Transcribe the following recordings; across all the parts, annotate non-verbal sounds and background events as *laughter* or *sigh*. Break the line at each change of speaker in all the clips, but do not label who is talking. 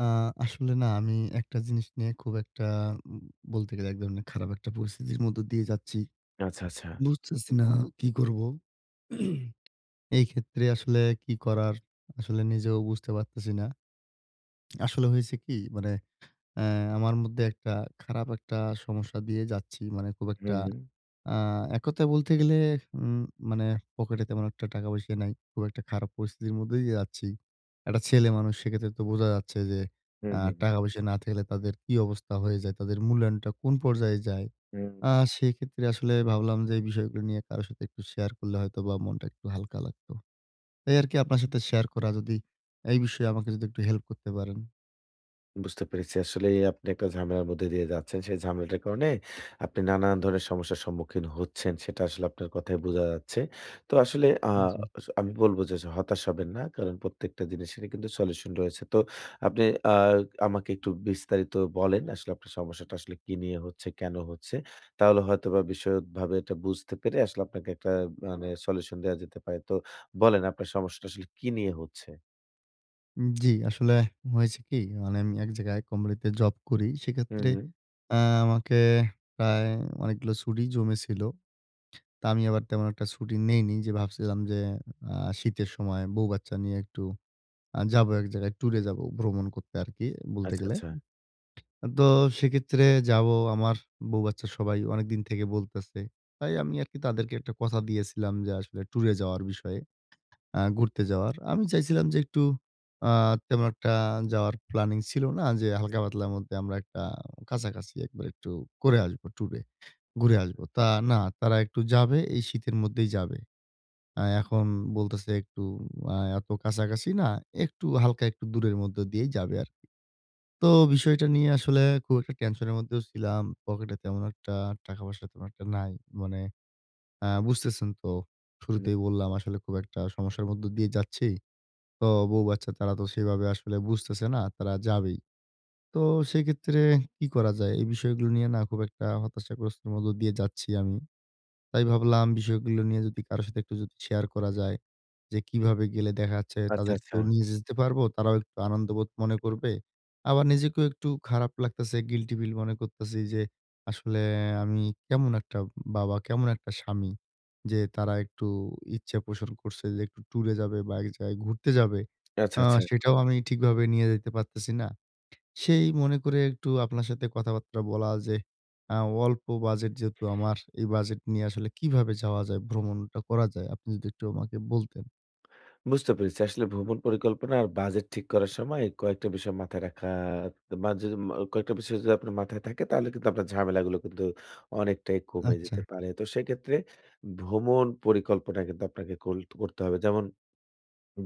আ আসলে না, আমি একটা জিনিস নিয়ে খুব একটা, উম বলতে গেলে এক ধরনের খারাপ একটা পরিস্থিতির মধ্য দিয়ে যাচ্ছি।
আচ্ছা, আচ্ছা।
বুঝতেছি না কি করব? এই ক্ষেত্রে আসলে কি করার, আসলে নিজেও বুঝতে পারতেছি না। আসলে হয়েছে কি, মানে অ্যা আমার মধ্যে একটা খারাপ একটা সমস্যা দিয়ে যাচ্ছি। মানে খুব একটা,
হুম, হুম।
আ এক কথায় বলতে গেলে, উম মানে পকেটে তেমন একটা টাকা-পয়সা নাই। খুব একটা খারাপ পরিস্থিতির মধ্যে দিয়ে যাচ্ছি। একটা ছেলে মানুষ, সেক্ষেত্রে তো বোঝা যাচ্ছে যে
হুম, হুম,
টাকা-পয়সা না থাকলে তাদের কি অবস্থা হয়ে যায়, তাদের মূল্যায়নটা কোন পর্যায়ে যায়।
হুম।
আ সেক্ষেত্রে আসলে ভাবলাম যে এই বিষয়গুলো নিয়ে কারো সাথে একটু শেয়ার করলে হয়তোবা মনটা একটু হালকা লাগতো। তাই আরকি আপনার সাথে শেয়ার করা যদি, এই বিষয়ে আমাকে যদি একটু হেল্প করতে পারেন।
বুঝতে পেরেছি। আসলেই আপনি একটা ঝামেলার মধ্যে দিয়ে যাচ্ছেন। সেই ঝামেলাটার কারণে আপনি নানান ধরনের সমস্যার সম্মুখীন হচ্ছেন। সেটা আসলে আপনার কথায় বোঝা যাচ্ছে। তো আসলে আ স আমি বলব যে হতাশ হবেন না। কারণ প্রত্যেকটা জিনিসেরই কিন্তু সলিউশন রয়েছে। তো আপনি আ আমাকে একটু বিস্তারিত বলেন আসলে আপনার সমস্যাটা আসলে কি নিয়ে হচ্ছে, কেন হচ্ছে? তাহলে হয়তোবা বিশদভাবে এটা বুঝতে পেরে আসলে আপনাকে একটা মানে সলিউশন দেয়া যেতে পারে। তো বলেন আপনার সমস্যাটা আসলে কি নিয়ে হচ্ছে?
জি, আসলে হয়েছে কি? মানে আমি এক জায়গায় কোম্পানিতে জব করি। সেক্ষেত্রে
হুম,
আ আমাকে প্রায় অনেকগুলো ছুটি জমেছিল। তা আমি আবার তেমন একটা ছুটি নেইনি, যে ভাবছিলাম যে আ শীতের সময় বউ-বাচ্চা নিয়ে একটু, যাবো এক জায়গায় ট্যুরে, যাবো ভ্রমণ করতে আরকি, বলতে
আচ্ছা,
গেলে।
আচ্ছা।
তো সেক্ষেত্রে যাবো, আমার বউ-বাচ্চা সবাই অনেকদিন থেকে বলতেছে। তাই আমি আরকি তাদেরকে একটা কথা দিয়েছিলাম যে, আসলে ট্যুরে যাওয়ার বিষয়ে। ঘুরতে যাওয়ার। আমি চাইছিলাম যে একটু, আ তেমন একটা যাওয়ার প্ল্যানিং ছিল না, যে হালকা পাতলার মধ্যে আমরা একটা কাছাকাছি একবার একটু করে আসবো ট্যুরে, ঘুরে আসবো। তা না, তারা একটু যাবে, এই শীতের মধ্যেই যাবে। এখন বলতেছে একটু, এত কাছাকাছি না, একটু হালকা একটু দূরের মধ্য দিয়েই যাবে আরকি। তো বিষয়টা নিয়ে আসলে খুব একটা টেনশনের মধ্যেও ছিলাম। পকেটে তেমন একটা টাকা-পয়সা তেমন একটা নাই। মানে বুঝতেছেন তো,
হুম,
শুরুতেই বললাম আসলে খুব একটা সমস্যার মধ্য দিয়ে যাচ্ছি। তো বউ-বাচ্চা তারা তো সেভাবে আসলে বুঝতেছে না, তারা যাবেই। তো সেক্ষেত্রে কি করা যায়? এই বিষয়গুলো নিয়ে না, খুব একটা হতাশাগ্রস্তের মধ্য দিয়ে যাচ্ছি আমি। তাই ভাবলাম বিষয়গুলো নিয়ে যদি কারো সাথে একটু যদি শেয়ার করা যায়, যে কিভাবে গেলে দেখা যাচ্ছে
আচ্ছা, আচ্ছা।
তাদেরকেও নিয়ে যেতে পারবো। তারাও একটু আনন্দবোধ মনে করবে। আবার নিজেকেও একটু খারাপ লাগতেছে, গিল্টি ফিল মনে করতেছি যে আসলে আমি কেমন একটা বাবা, কেমন একটা স্বামী, যে তারা একটু ইচ্ছা পোষণ করছে যে একটু ট্যুরে যাবে বা এক জায়গায় ঘুরতে যাবে।
আচ্ছা,
আ
আচ্ছা।
সেটাও আমি ঠিকভাবে নিয়ে যেতে পারতেছি না। সেই মনে করে একটু আপনার সাথে কথাবার্তা বলা, যে আ অল্প বাজেট যেহেতু আমার, এই বাজেট নিয়ে আসলে কিভাবে যাওয়া যায়, ভ্রমণটা করা যায়? আপনি যদি একটু আমাকে বলতেন।
বুঝতে পেরেছি। আসলে ভ্রমণ পরিকল্পনা আর বাজেট ঠিক করার সময় কয়েকটা বিষয় মাথায় রাখা বা যদি কয়েকটা বিষয় যদি আপনার মাথায় থাকে তাহলে কিন্তু আপনার ঝামেলাগুলো কিন্তু অনেকটাই কমে
আচ্ছা,
যেতে পারে। তো সেক্ষেত্রে ভ্রমণ পরিকল্পনা কিন্তু আপনাকে কোল করতে হবে। যেমন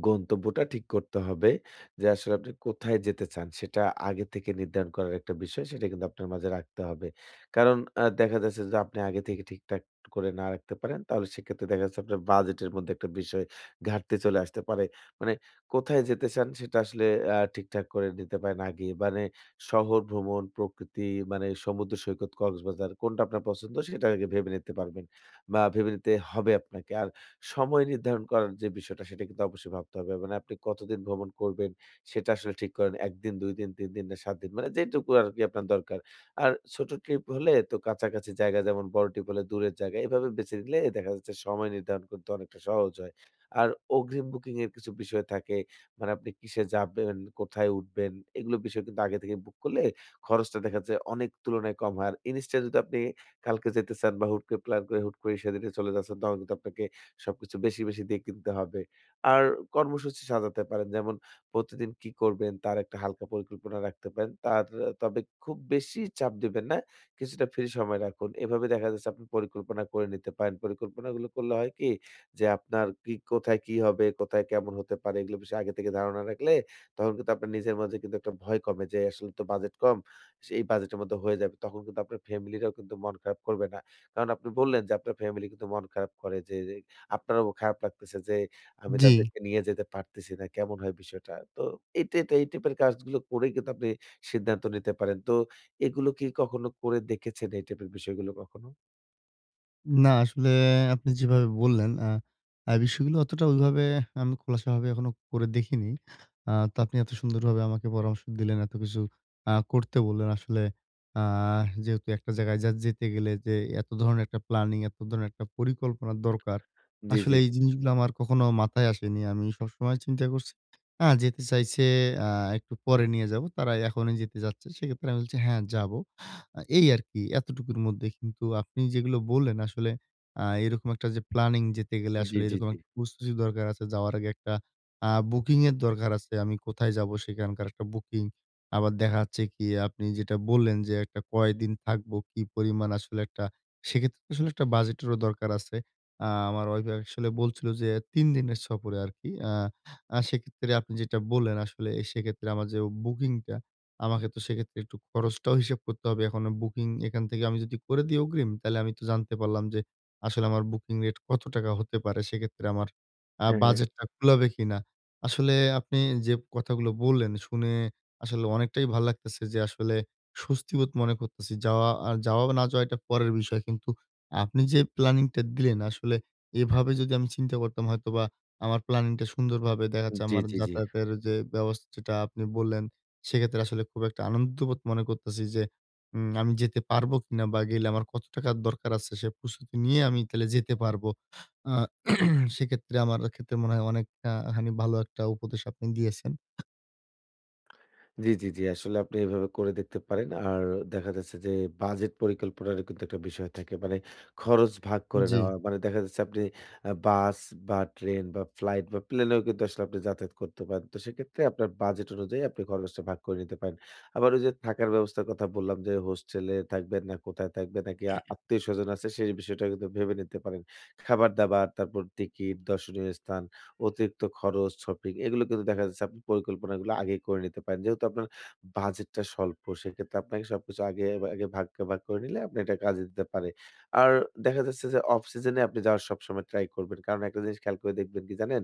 গন্তব্যটা ঠিক করতে হবে যে, আসলে আপনি কোথায় যেতে চান? সেটা আগে থেকে নির্ধারণ করার একটা বিষয়, সেটা কিন্তু আপনার মাঝে রাখতে হবে। কারণ দেখা যাচ্ছে যে, আপনি আগে থেকে ঠিকঠাক করে না রাখতে পারেন, তাহলে সেক্ষেত্রে দেখা যাচ্ছে আপনার বাজেটের মধ্যে একটা বিষয় ঘাটতি চলে আসতে পারে। মানে কোথায় যেতে চান? সেটা আসলে ঠিকঠাক করে নিতে পারেন আগে। মানে শহর ভ্রমণ, প্রকৃতি, মানে সমুদ্র সৈকত, কক্সবাজার কোনটা আপনার পছন্দ? সেটা আগে ভেবে নিতে পারবেন বা ভেবে নিতে হবে আপনাকে। আর সময় নির্ধারণ করার যে বিষয়টা সেটা কিন্তু অবশ্যই ভাবতে হবে। মানে আপনি কতদিন ভ্রমণ করবেন সেটা আসলে ঠিক করেন। ১ দিন, ২ দিন, ৩ দিন না ৭ দিন মানে যেটুকু আরকি আপনার দরকার। আর ছোট ট্রিপ হলে তো কাছাকাছি জায়গা যেমন বড় ট্রিপ হলে দূরের জায়গা। এভাবে বেছে নিলে দেখা যাচ্ছে সময় নির্ধারণ করতে অনেকটা সহজ হয়। আর অগ্রিম বুকিং এর কিছু বিষয় থাকে। মানে আপনি কিসে যাবেন, কোথায় উঠবেন এগুলো বিষয় কিন্তু আগে থেকে বুক করলে খরচটা দেখা যাচ্ছে অনেক তুলনায় কম হয়। আর ইনস্ট্যান্ট যদি আপনি কালকে যেতে চান বা হুট করে প্ল্যান করে হুট করে সেদিনে চলে যাচ্ছেন তখন কিন্তু আপনাকে সবকিছু বেশি, বেশি দিয়ে কিনতে হবে। আর কর্মসূচি সাজাতে পারেন। যেমন প্রতিদিন কি করবেন তার একটা হালকা পরিকল্পনা রাখতে পারেন। তার তবে খুব বেশি চাপ দিবেন না। কিছুটা ফ্রি সময় রাখুন। এভাবে দেখা যাচ্ছে আপনি পরিকল্পনা করে নিতে পারেন। পরিকল্পনাগুলো করলে হয় কি যে আপনার কি কোথায় কি হবে, কোথায় কেমন হতে পারে এগুলো বিষয়ে আগে থেকে ধারণা রাখলে তখন কিন্তু আপনার নিজের মাঝে কিন্তু একটা ভয় কমে যে আসলে তো বাজেট কম। এই বাজেটের মধ্যে হয়ে যাবে। তখন কিন্তু আপনার ফ্যামিলিরাও কিন্তু মন খারাপ করবে না। কারণ আপনি বললেন যে আপনার ফ্যামিলি কিন্তু মন খারাপ করে যে আপনারও খারাপ লাগতেছে যে আমি
জি।
তাদেরকে নিয়ে যেতে পারতেছি না। কেমন হয় বিষয়টা? তো এটা এটা এই টাইপের কাজগুলো করে কিন্তু আপনি সিদ্ধান্ত নিতে পারেন। তো এগুলো কি কখনো করে দেখেছেন এই টাইপের বিষয়গুলো কখনো?
না আসলে, আপনি যেভাবে বললেন, আ আ বিষয়গুলো অতটা ওইভাবে আমি খোলাসাভাবে এখনো করে দেখিনি। তো আপনি এত সুন্দরভাবে আমাকে পরামর্শ দিলেন, এত কিছু করতে বললেন। আসলে, আ যেহেতু একটা জায়গায় যা যেতে গেলে, যে এত ধরনের একটা প্ল্যানিং, এত ধরনের একটা পরিকল্পনার দরকার।
জি,
আসলে
জি,
এই
জি।
জিনিসগুলো আমার কখনো মাথায় আসেনি। আমি সবসময় চিন্তা করছি, যেতে চাইছে, আ একটু পরে নিয়ে যাবো। তারা এখনই যেতে চাচ্ছে। সেক্ষেত্রে আমি বলছি, "হ্যাঁ, যাবো।" এই আরকি এতটুকুর মধ্যে। কিন্তু আপনি যেগুলো বললেন, আসলে এরকম একটা যে প্ল্যানিং, যেতে গেলে
জি,
আসলে
জি,
এরকম
জি।
একটা প্রস্তুতির দরকার আছে। যাওয়ার আগে একটা বুকিং এর দরকার আছে। আমি কোথায় যাবো সেখানকার একটা বুকিং। আবার দেখা যাচ্ছে কি, আপনি যেটা বললেন যে একটা কয়দিন থাকবো, কি পরিমাণ আসলে একটা, সেক্ষেত্রে আসলে একটা বাজেটেরও দরকার আছে। আমার ওয়াইফ আসলে বলছিল যে ৩ দিনের সফরে আরকি। আ আ সেক্ষেত্রে আপনি যেটা বললেন, আসলে সেক্ষেত্রে আমার যে বুকিংটা, আমাকে তো সেক্ষেত্রে একটু খরচটাও হিসাব করতে হবে। এখন বুকিং এখান থেকে আমি যদি করে দিই অগ্রিম, তাহলে আমি তো জানতে পারলাম যে আসলে আমার বুকিং রেট কত টাকা হতে পারে। সেক্ষেত্রে আমার
হ্যাঁ, হ্যাঁ।
বাজেটটা কুলাবে কিনা? আসলে আপনি যে কথাগুলো বললেন, শুনে আসলে অনেকটাই ভাল লাগতেছে, যে আসলে স্বস্তিবোধ মনে করতেছি। যাওয়া আর যাওয়া না যাওয়া এটা পরের বিষয়। কিন্তু আপনি যে প্ল্যানিংটা দিলেন আসলে, এভাবে যদি আমি চিন্তা করতাম, হয়তোবা আমার প্ল্যানিংটা সুন্দরভাবে দেখা যাচ্ছে,
জি,
আমার
জি, জি।
যাতায়াতের যে ব্যবস্থা যেটা আপনি বললেন, সেক্ষেত্রে আসলে খুব একটা আনন্দবোধ মনে করতেছি যে, আমি যেতে পারবো কিনা, বা গেলে আমার কত টাকার দরকার আছে, সে প্রস্তুতি নিয়ে আমি তাহলে যেতে পারবো। আ *clears throat* সেক্ষেত্রে আমার ক্ষেত্রে মনে হয় অনেকটা খানি ভালো একটা উপদেশ আপনি দিয়েছেন।
জি, জি, জি। আসলে আপনি এভাবে করে দেখতে পারেন। আর দেখা যাচ্ছে যে বাজেট পরিকল্পনারও কিন্তু একটা বিষয় থাকে। মানে খরচ ভাগ করে
জি।
নেওয়া। মানে দেখা যাচ্ছে আপনি বাস বা ট্রেন বা ফ্লাইট বা প্লেনেও কিন্তু আসলে আপনি যাতায়াত করতে পারেন। তো সেক্ষেত্রে আপনার বাজেট অনুযায়ী আপনি খরচটা ভাগ করে নিতে পারেন। আবার ওই যে থাকার ব্যবস্থার কথা বললাম যে হোস্টেলে থাকবেন না কোথায় থাকবেন নাকি আত্মীয়স্বজন আছে সেই বিষয়টা কিন্তু ভেবে নিতে পারেন। খাবার-দাবার, তারপর টিকিট, দর্শনীয় স্থান অতিরিক্ত খরচ, শপিং এগুলো কিন্তু দেখা যাচ্ছে আপনি পরিকল্পনাগুলো আগেই করে নিতে পারেন। যেহেতু আপনার বাজেটটা স্বল্প, সেক্ষেত্রে আপনাকে সবকিছু আগে, আগে ভাগ, ভাগ করে নিলে আপনি এটা কাজে দিতে পারে। আর দেখা যাচ্ছে যে অফ সিজন এ আপনি যাওয়ার সবসময় ট্রাই করবেন। কারণ একটা জিনিস খেয়াল করে দেখবেন কি জানেন?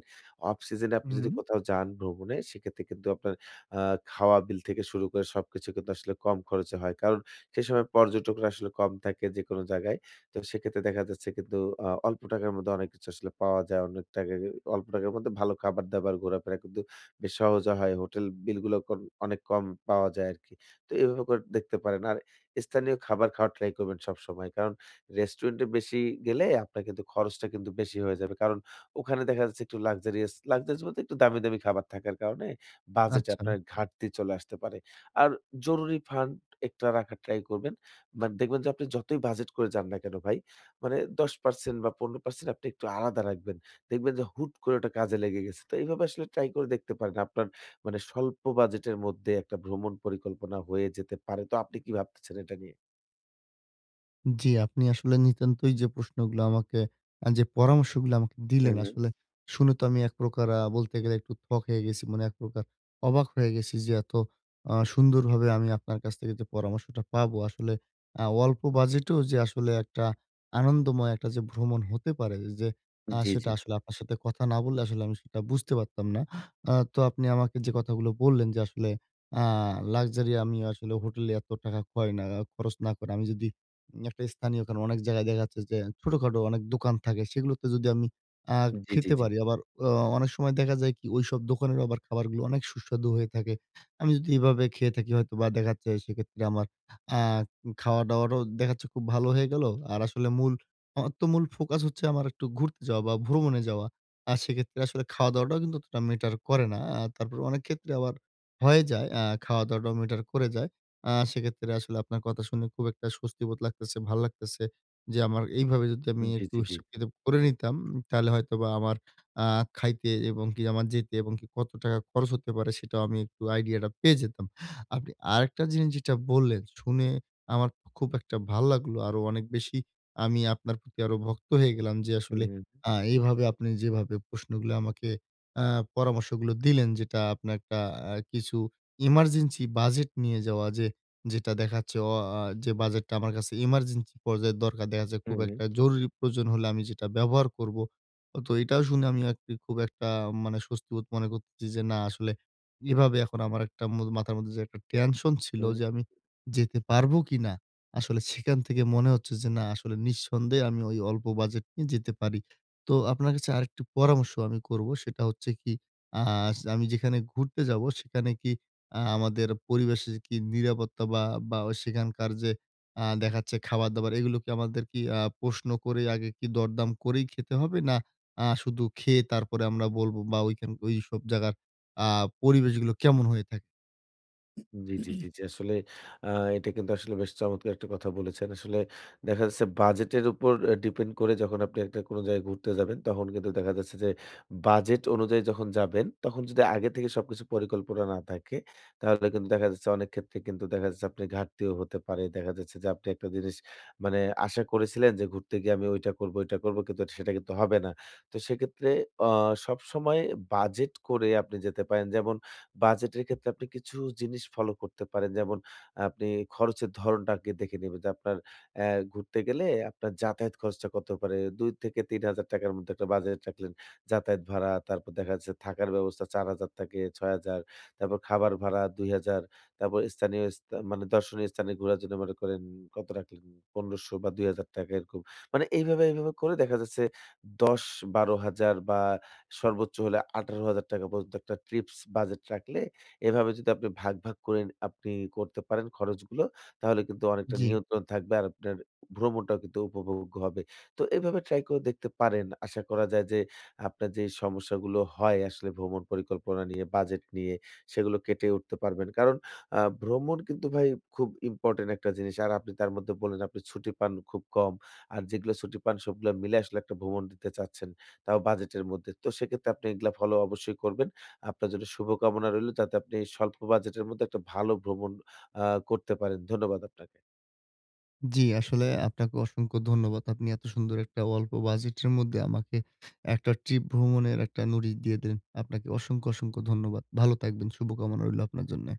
অফ সিজন এ আপনি যদি
হুম।
কোথাও যান ভ্রমণে সেক্ষেত্রে কিন্তু আপনার আ খাওয়া বিল থেকে শুরু করে সবকিছু কিন্তু আসলে কম খরচে হয়। কারণ সে সময় পর্যটকরা আসলে কম থাকে যেকোনো জায়গায়। তো সেক্ষেত্রে দেখা যাচ্ছে কিন্তু অল্প টাকার মধ্যে অনেক কিছু আসলে পাওয়া যায়। অনেক টাকা অল্প টাকার মধ্যে ভালো খাবার-দাবার, ঘোরাফেরা কিন্তু বেশ সহজে হয়। হোটেল বিলগুলো অনেক কম পাওয়া যায় আরকি। তো এভাবে করে দেখতে পারেন। আর স্থানীয় খাবার খাওয়ার ট্রাই করবেন সবসময়। কারণ রেস্টুরেন্টে বেশি গেলে আপনার কিন্তু খরচটা কিন্তু বেশি হয়ে যাবে। কারণ ওখানে দেখা যাচ্ছে একটু লাক্সারিয়াস, লাক্সারিয়াস বলতে একটু দামি, দামি খাবার থাকার কারণে বাজেটে
আচ্ছা।
আপনার ঘাটতি চলে আসতে পারে। আর জরুরি ফান্ড একটা রাখার ট্রাই করবেন। মানে দেখবেন যে আপনি যতই বাজেট করে যান না কেন ভাই, মানে ১০% বা ১৫% আপনি একটু আলাদা রাখবেন। দেখবেন যে হুট করে ওটা কাজে লেগে গেছে। তো এইভাবে আসলে ট্রাই করে দেখতে পারেন। আপনার মানে স্বল্প বাজেটের মধ্যে একটা ভ্রমণ পরিকল্পনা হয়ে যেতে পারে। তো আপনি কি ভাবতেছেন এটা নিয়ে?
জি, আপনি আসলে নিতান্তই যে প্রশ্নগুলো আমাকে, যে পরামর্শগুলো আমাকে
হুম,
দিলেন,
হুম।
আসলে শুনে তো আমি এক প্রকার, বলতে গেলে একটু থ হয়ে গেছি। মানে এক প্রকার অবাক হয়ে গেছি, যে এত সুন্দরভাবে আমি আপনার কাছ থেকে যে পরামর্শটা পাবো আসলে, অল্প বাজেটেও যে আসলে একটা আনন্দময় একটা যে ভ্রমণ হতে পারে, যে
জি, জি।
সেটা আসলে আপনার সাথে কথা না বললে আসলে আমি সেটা বুঝতে পারতাম না। তো আপনি আমাকে যে কথাগুলো বললেন, যে আসলে আ লাক্সারি আমি আসলে হোটেলে এত টাকা খয় না, খরচ না করে আমি যদি একটা স্থানীয়, কারণ অনেক জায়গায় দেখা যাচ্ছে যে ছোটখাটো অনেক দোকান থাকে, সেগুলোতে যদি আমি আ
জি, জি,
খেতে
জি।
পারি, আবার অ অনেক সময় দেখা যায় কি, ওইসব দোকানেরও আবার খাবারগুলো অনেক সুস্বাদু হয়ে থাকে। আমি যদি এভাবে খেয়ে থাকি, হয়তোবা দেখা যাচ্ছে সেক্ষেত্রে আমার আ খাওয়া-দাওয়াটাও দেখা যাচ্ছে খুব ভালো হয়ে গেল। আর আসলে মূল, আমার তো মূল ফোকাস হচ্ছে আমার একটু ঘুরতে যাওয়া বা ভ্রমণে যাওয়া। আর সেক্ষেত্রে আসলে খাওয়া-দাওয়াটাও কিন্তু অতটা ম্যাটার করে না। তারপর অনেক ক্ষেত্রে আবার হয়ে যায়, খাওয়া-দাওয়াটাও ম্যাটার করে যায়। সেক্ষেত্রে আসলে আপনার কথা শুনে খুব একটা স্বস্তিবোধ লাগতেছে, ভাল লাগতেছে, যে আমার এইভাবে যদি আমি
জি,
একটু
জি, জি।
হিসাব-কিতাব করে নিতাম, তাহলে হয়তোবা আমার আ খাইতে এবং কি আমার যেতে, এবং কি কত টাকা খরচ হতে পারে সেটাও আমি একটু আইডিয়াটা পেয়ে যেতাম। আপনি আরেকটা জিনিস যেটা বললেন, শুনে আমার খুব একটা ভাল লাগলো। আরো অনেক বেশি আমি আপনার প্রতি আরো ভক্ত হয়ে গেলাম, যে
হুম,
আসলে
হুম।
এইভাবে আপনি যেভাবে প্রশ্নগুলো আমাকে, আ পরামর্শগুলো দিলেন, যেটা আপনার একটা কিছু ইমার্জেন্সি বাজেট নিয়ে যাওয়া, যে যেটা দেখাচ্ছে অ আ যে বাজেটটা আমার কাছে ইমার্জেন্সি পর্যায়ে দরকার, দেখা যাচ্ছে খুব
হুম, হুম।
একটা জরুরি প্রয়োজন হলে আমি যেটা ব্যবহার করব। তো এটাও শুনে আমি আরকি খুব একটা, মানে স্বস্তিবোধ মনে করতেছি, যে না আসলে এভাবে এখন আমার একটা, মাথার মধ্যে যে একটা টেনশন ছিল
হুম।
যে আমি যেতে পারবো কিনা? আসলে সেখান থেকে মনে হচ্ছে যে না, আসলে নিঃসন্দেহে আমি ওই অল্প বাজেট নিয়ে যেতে পারি। তো আপনার কাছে আরেকটি পরামর্শ আমি করব, সেটা হচ্ছে কি, আ আমি যেখানে ঘুরতে যাব সেখানে কি, আমাদের পরিবেশের কি নিরাপত্তা, বা ওই সেখানকার যে দেখাচ্ছে খাবার-দাবার এগুলো কি, আমাদের কি প্রশ্ন করে আগে কি দরদাম করেই খেতে হবে? না শুধু খেয়ে তারপরে আমরা বলবো, বা ঐখান ঐসব জায়গার আ পরিবেশগুলো কেমন হয়ে থাকে?
জি, জি, জি, জি। আসলে আ এটা কিন্তু আসলে বেশ চমৎকার একটা কথা বলেছেন। আসলে দেখা যাচ্ছে বাজেটের উপর ডিপেন্ড করে যখন আপনি একটা কোন জায়গায় ঘুরতে যাবেন, তখন কিন্তু দেখা যাচ্ছে যে বাজেট অনুযায়ী যখন যাবেন, তখন যদি আগে থেকে সবকিছু পরিকল্পনা না থাকে, তাহলে কিন্তু দেখা যাচ্ছে অনেক ক্ষেত্রে কিন্তু দেখা যাচ্ছে আপনি ঘাটতিও হতে পারে। দেখা যাচ্ছে যে আপনি একটা জিনিস মানে আশা করেছিলেন যে ঘুরতে গিয়ে আমি ওইটা করব, ওইটা করব কিন্তু সেটা কিন্তু হবে না। তো সেক্ষেত্রে আ সবসময় বাজেট করে আপনি যেতে পারেন। যেমন বাজেটের ক্ষেত্রে আপনি কিছু জিনিস ফলো করতে পারেন। যেমন আপনি খরচের ধরনটা আগে দেখে নেবেন যে আপনার অ্যা ঘুরতে গেলে আপনার যাতায়াত খরচটা কত হতে পারে। ২ থেকে ৳৩,০০০ র মধ্যে একটা বাজেট রাখলেন। যাতায়াত ভাড়া, তারপর দেখা যাচ্ছে থাকার ব্যবস্থা ৳৪,০০০ থেকে ৳৬,০০০, তারপর খাবার ভাড়া ৳২,০০০, তারপর স্থানীয় মানে দর্শনীয় স্থানে ঘোরার জন্য মনে করেন কত রাখলেন ৳১,৫০০ বা ৳২,০০০ এরকম। মানে এইভাবে, এইভাবে করে দেখা যাচ্ছে ৳১০,০০০-১২,০০০ বা সর্বোচ্চ হলে ৳১৮,০০০ পর্যন্ত একটা ট্রিপস বাজেট রাখলে এভাবে যদি আপনি ভাগ, ভাগ করে আপনি করতে পারেন খরচগুলো, তাহলে কিন্তু অনেকটা
জি,
নিয়ন্ত্রণ থাকবে। আর আপনার ভ্রমণটাও কিন্তু উপভোগ্য হবে। তো এভাবে ট্রাই করে দেখতে পারেন। আশা করা যায় যে আপনার যে সমস্যাগুলো হয় আসলে ভ্রমণ পরিকল্পনা নিয়ে, বাজেট নিয়ে সেগুলো কেটে উঠতে পারবেন। কারণ ভ্রমণ কিন্তু ভাই খুব ইম্পোর্টেন্ট একটা জিনিস। আর আপনি তার মধ্যে বললেন আপনি ছুটি পান খুব কম। আর যেগুলো ছুটি পান সবগুলো মিলে আসলে একটা ভ্রমণ দিতে চাচ্ছেন। তাও বাজেটের মধ্যে। তো সেক্ষেত্রে আপনি এগুলা ফলো অবশ্যই করবেন। আপনার জন্য শুভকামনা রইলো যাতে আপনি স্বল্প বাজেটের মধ্যে একটা ভালো ভ্রমণ আ করতে পারেন। ধন্যবাদ আপনাকে।
জি, আসলে আপনাকে অসংখ্য ধন্যবাদ। আপনি এত সুন্দর একটা অল্প বাজেটের মধ্যে আমাকে একটা ট্রিপ ভ্রমণের একটা নুড়ি দিয়ে দিলেন। আপনাকে অসংখ্য, অসংখ্য ধন্যবাদ। ভালো থাকবেন। শুভকামনা রইলো আপনার জন্যে।